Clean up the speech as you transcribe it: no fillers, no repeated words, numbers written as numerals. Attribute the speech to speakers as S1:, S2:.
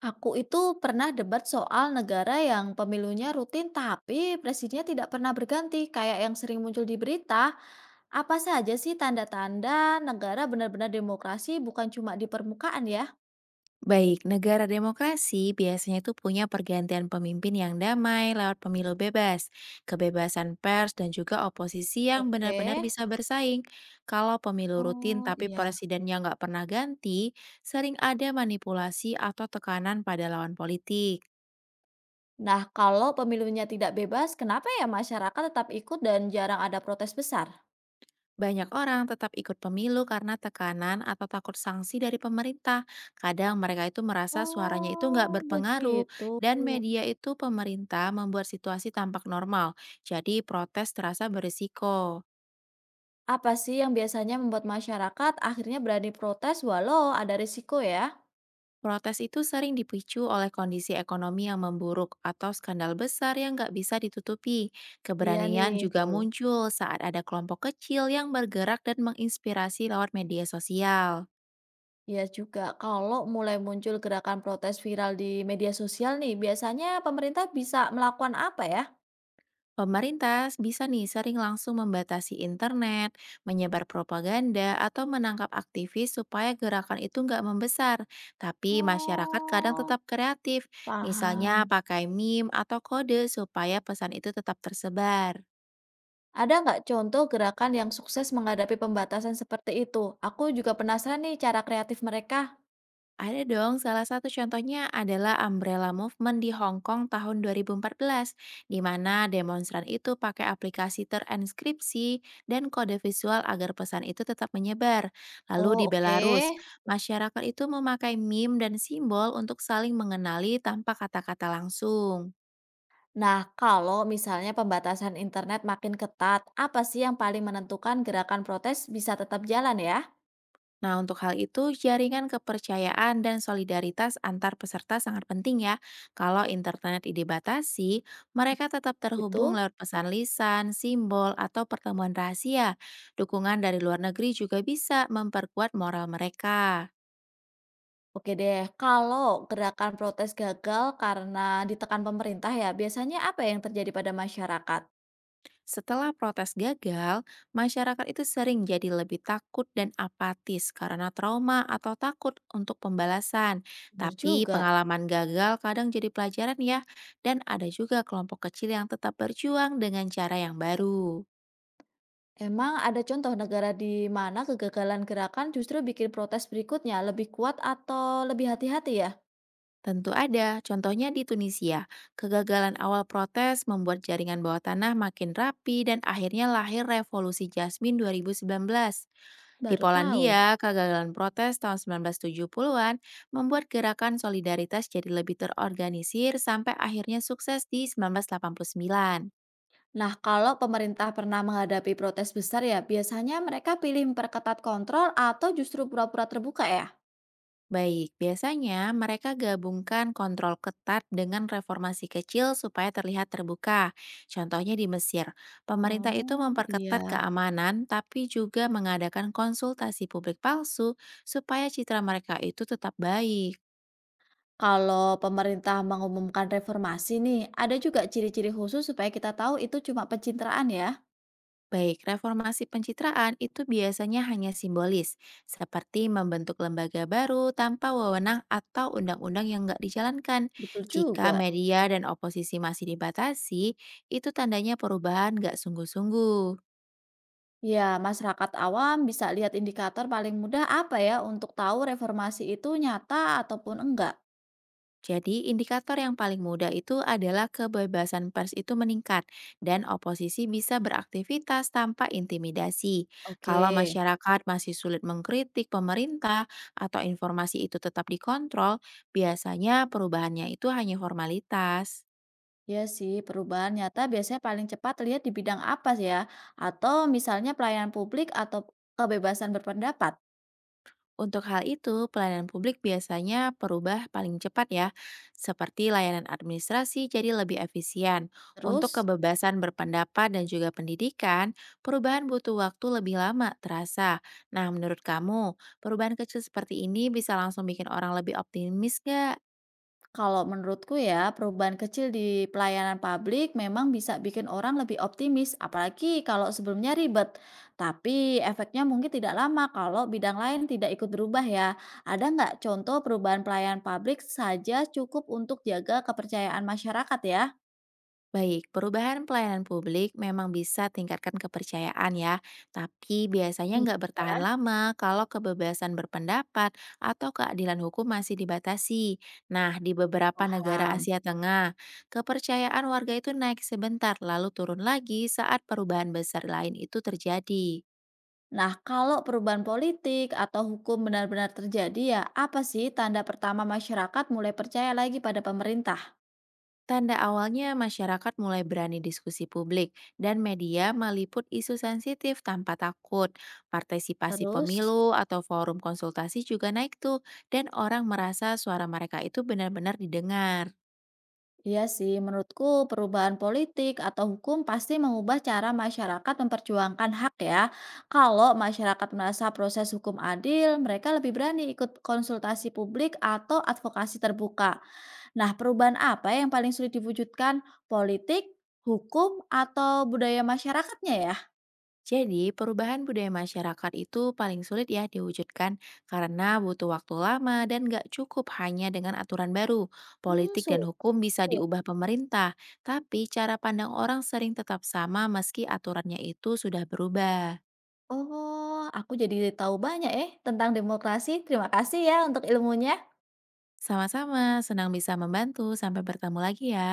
S1: Aku itu pernah debat soal negara yang pemilunya rutin tapi presidennya tidak pernah berganti, kayak yang sering muncul di berita. Apa saja sih tanda-tanda negara benar-benar demokrasi bukan cuma di permukaan ya?
S2: Baik, negara demokrasi biasanya itu punya pergantian pemimpin yang damai lewat pemilu bebas, kebebasan pers, dan juga oposisi yang
S1: Oke.
S2: benar-benar bisa bersaing. Kalau pemilu rutin
S1: Oh
S2: tapi
S1: iya.
S2: presidennya nggak pernah ganti, sering ada manipulasi atau tekanan pada lawan politik.
S1: Nah, kalau pemilunya tidak bebas, kenapa ya masyarakat tetap ikut dan jarang ada protes besar?
S2: Banyak orang tetap ikut pemilu karena tekanan atau takut sanksi dari pemerintah. Kadang mereka itu merasa suaranya itu nggak
S1: Oh,
S2: berpengaruh,
S1: begitu.
S2: dan media itu pemerintah membuat situasi tampak normal, jadi protes terasa berisiko.
S1: Apa sih yang biasanya membuat masyarakat akhirnya berani protes walau ada risiko ya?
S2: Protes itu sering dipicu oleh kondisi ekonomi yang memburuk atau skandal besar yang nggak bisa ditutupi.
S1: Iya
S2: Keberanian
S1: nih,
S2: juga
S1: tuh.
S2: muncul saat ada kelompok kecil yang bergerak dan menginspirasi lewat media sosial.
S1: Iya juga, kalau mulai muncul gerakan protes viral di media sosial nih, biasanya pemerintah bisa melakukan apa ya?
S2: Pemerintah bisa nih sering langsung membatasi internet, menyebar propaganda, atau menangkap aktivis supaya gerakan itu nggak membesar. Tapi masyarakat kadang
S1: Oh.
S2: tetap kreatif, misalnya
S1: Paham.
S2: pakai meme atau kode supaya pesan itu tetap tersebar.
S1: Ada nggak contoh gerakan yang sukses menghadapi pembatasan seperti itu? Aku juga penasaran nih cara kreatif mereka.
S2: Ada dong, salah satu contohnya adalah Umbrella Movement di Hong Kong tahun 2014, di mana demonstran itu pakai aplikasi terenskripsi dan kode visual agar pesan itu tetap menyebar. Lalu
S1: Oh,
S2: di
S1: oke.
S2: Belarus, masyarakat itu memakai meme dan simbol untuk saling mengenali tanpa kata-kata langsung.
S1: Nah, kalau misalnya pembatasan internet makin ketat, apa sih yang paling menentukan gerakan protes bisa tetap jalan ya?
S2: Nah, untuk hal itu, jaringan kepercayaan dan solidaritas antar peserta sangat penting ya. Kalau internet dibatasi, mereka tetap terhubung
S1: Itu.
S2: lewat pesan lisan, simbol, atau pertemuan rahasia. Dukungan dari luar negeri juga bisa memperkuat moral mereka.
S1: Oke deh, kalau gerakan protes gagal karena ditekan pemerintah ya, biasanya apa yang terjadi pada masyarakat?
S2: Setelah protes gagal, masyarakat itu sering jadi lebih takut dan apatis karena trauma atau takut untuk pembalasan.
S1: Benar
S2: Tapi
S1: juga.
S2: pengalaman gagal kadang jadi pelajaran ya, dan ada juga kelompok kecil yang tetap berjuang dengan cara yang baru.
S1: Emang ada contoh negara di mana kegagalan gerakan justru bikin protes berikutnya lebih kuat atau lebih hati-hati ya?
S2: Tentu ada, contohnya di Tunisia. Kegagalan awal protes membuat jaringan bawah tanah makin rapi dan akhirnya lahir revolusi Jasmine 2019. Di
S1: Baru tahu.
S2: Polandia, kegagalan protes tahun 1970-an membuat gerakan solidaritas jadi lebih terorganisir sampai akhirnya sukses di 1989.
S1: Nah, kalau pemerintah pernah menghadapi protes besar ya, biasanya mereka pilih memperketat kontrol atau justru pura-pura terbuka ya?
S2: Baik, biasanya mereka gabungkan kontrol ketat dengan reformasi kecil supaya terlihat terbuka. Contohnya di Mesir, pemerintah itu
S1: Oh,
S2: memperketat
S1: iya.
S2: keamanan tapi juga mengadakan konsultasi publik palsu supaya citra mereka itu tetap baik.
S1: Kalau pemerintah mengumumkan reformasi nih, ada juga ciri-ciri khusus supaya kita tahu itu cuma pencitraan ya?
S2: Baik, reformasi pencitraan itu biasanya hanya simbolis, seperti membentuk lembaga baru tanpa wewenang atau undang-undang yang nggak dijalankan.
S1: Betul
S2: Jika
S1: juga.
S2: media dan oposisi masih dibatasi, itu tandanya perubahan nggak sungguh-sungguh.
S1: Ya, masyarakat awam bisa lihat indikator paling mudah apa ya untuk tahu reformasi itu nyata ataupun enggak.
S2: Jadi, indikator yang paling mudah itu adalah kebebasan pers itu meningkat dan oposisi bisa beraktivitas tanpa intimidasi.
S1: Oke.
S2: Kalau masyarakat masih sulit mengkritik pemerintah atau informasi itu tetap dikontrol, biasanya perubahannya itu hanya formalitas.
S1: Ya sih, perubahan nyata biasanya paling cepat lihat di bidang apa sih ya? Atau misalnya pelayanan publik atau kebebasan berpendapat.
S2: Untuk hal itu, pelayanan publik biasanya perubah paling cepat ya, seperti layanan administrasi jadi lebih efisien. Untuk
S1: Terus.
S2: kebebasan berpendapat dan juga pendidikan, perubahan butuh waktu lebih lama terasa. Nah, menurut kamu, perubahan kecil seperti ini bisa langsung bikin orang lebih optimis nggak?
S1: Kalau menurutku ya, perubahan kecil di pelayanan publik memang bisa bikin orang lebih optimis, apalagi kalau sebelumnya ribet. Tapi efeknya mungkin tidak lama kalau bidang lain tidak ikut berubah ya. Ada nggak contoh perubahan pelayanan publik saja cukup untuk jaga kepercayaan masyarakat ya?
S2: Baik, perubahan pelayanan publik memang bisa tingkatkan kepercayaan ya, tapi biasanya
S1: Bisa.
S2: nggak bertahan
S1: Ya,
S2: lama kalau kebebasan berpendapat atau keadilan hukum masih dibatasi. Nah, di beberapa negara
S1: paham.
S2: Asia Tengah, kepercayaan warga itu naik sebentar lalu turun lagi saat perubahan besar lain itu terjadi.
S1: Nah, kalau perubahan politik atau hukum benar-benar terjadi ya, apa sih tanda pertama masyarakat mulai percaya lagi pada pemerintah?
S2: Tanda awalnya masyarakat mulai berani diskusi publik dan media meliput isu sensitif tanpa takut. Partisipasi
S1: Terus?
S2: pemilu atau forum konsultasi juga naik tuh dan orang merasa suara mereka itu benar-benar didengar.
S1: Iya sih, menurutku perubahan politik atau hukum pasti mengubah cara masyarakat memperjuangkan hak ya. Kalau masyarakat merasa proses hukum adil, mereka lebih berani ikut konsultasi publik atau advokasi terbuka. Nah, perubahan apa yang paling sulit diwujudkan? Politik, hukum, atau budaya masyarakatnya ya?
S2: Jadi perubahan budaya masyarakat itu paling sulit ya diwujudkan karena butuh waktu lama dan nggak cukup hanya dengan aturan baru.
S1: Hmm,
S2: Politik dan
S1: sulit.
S2: hukum bisa diubah pemerintah, tapi cara pandang orang sering tetap sama meski aturannya itu sudah berubah.
S1: Oh, aku jadi tahu banyak tentang demokrasi. Terima kasih ya untuk ilmunya.
S2: Sama-sama, senang bisa membantu. Sampai bertemu lagi ya.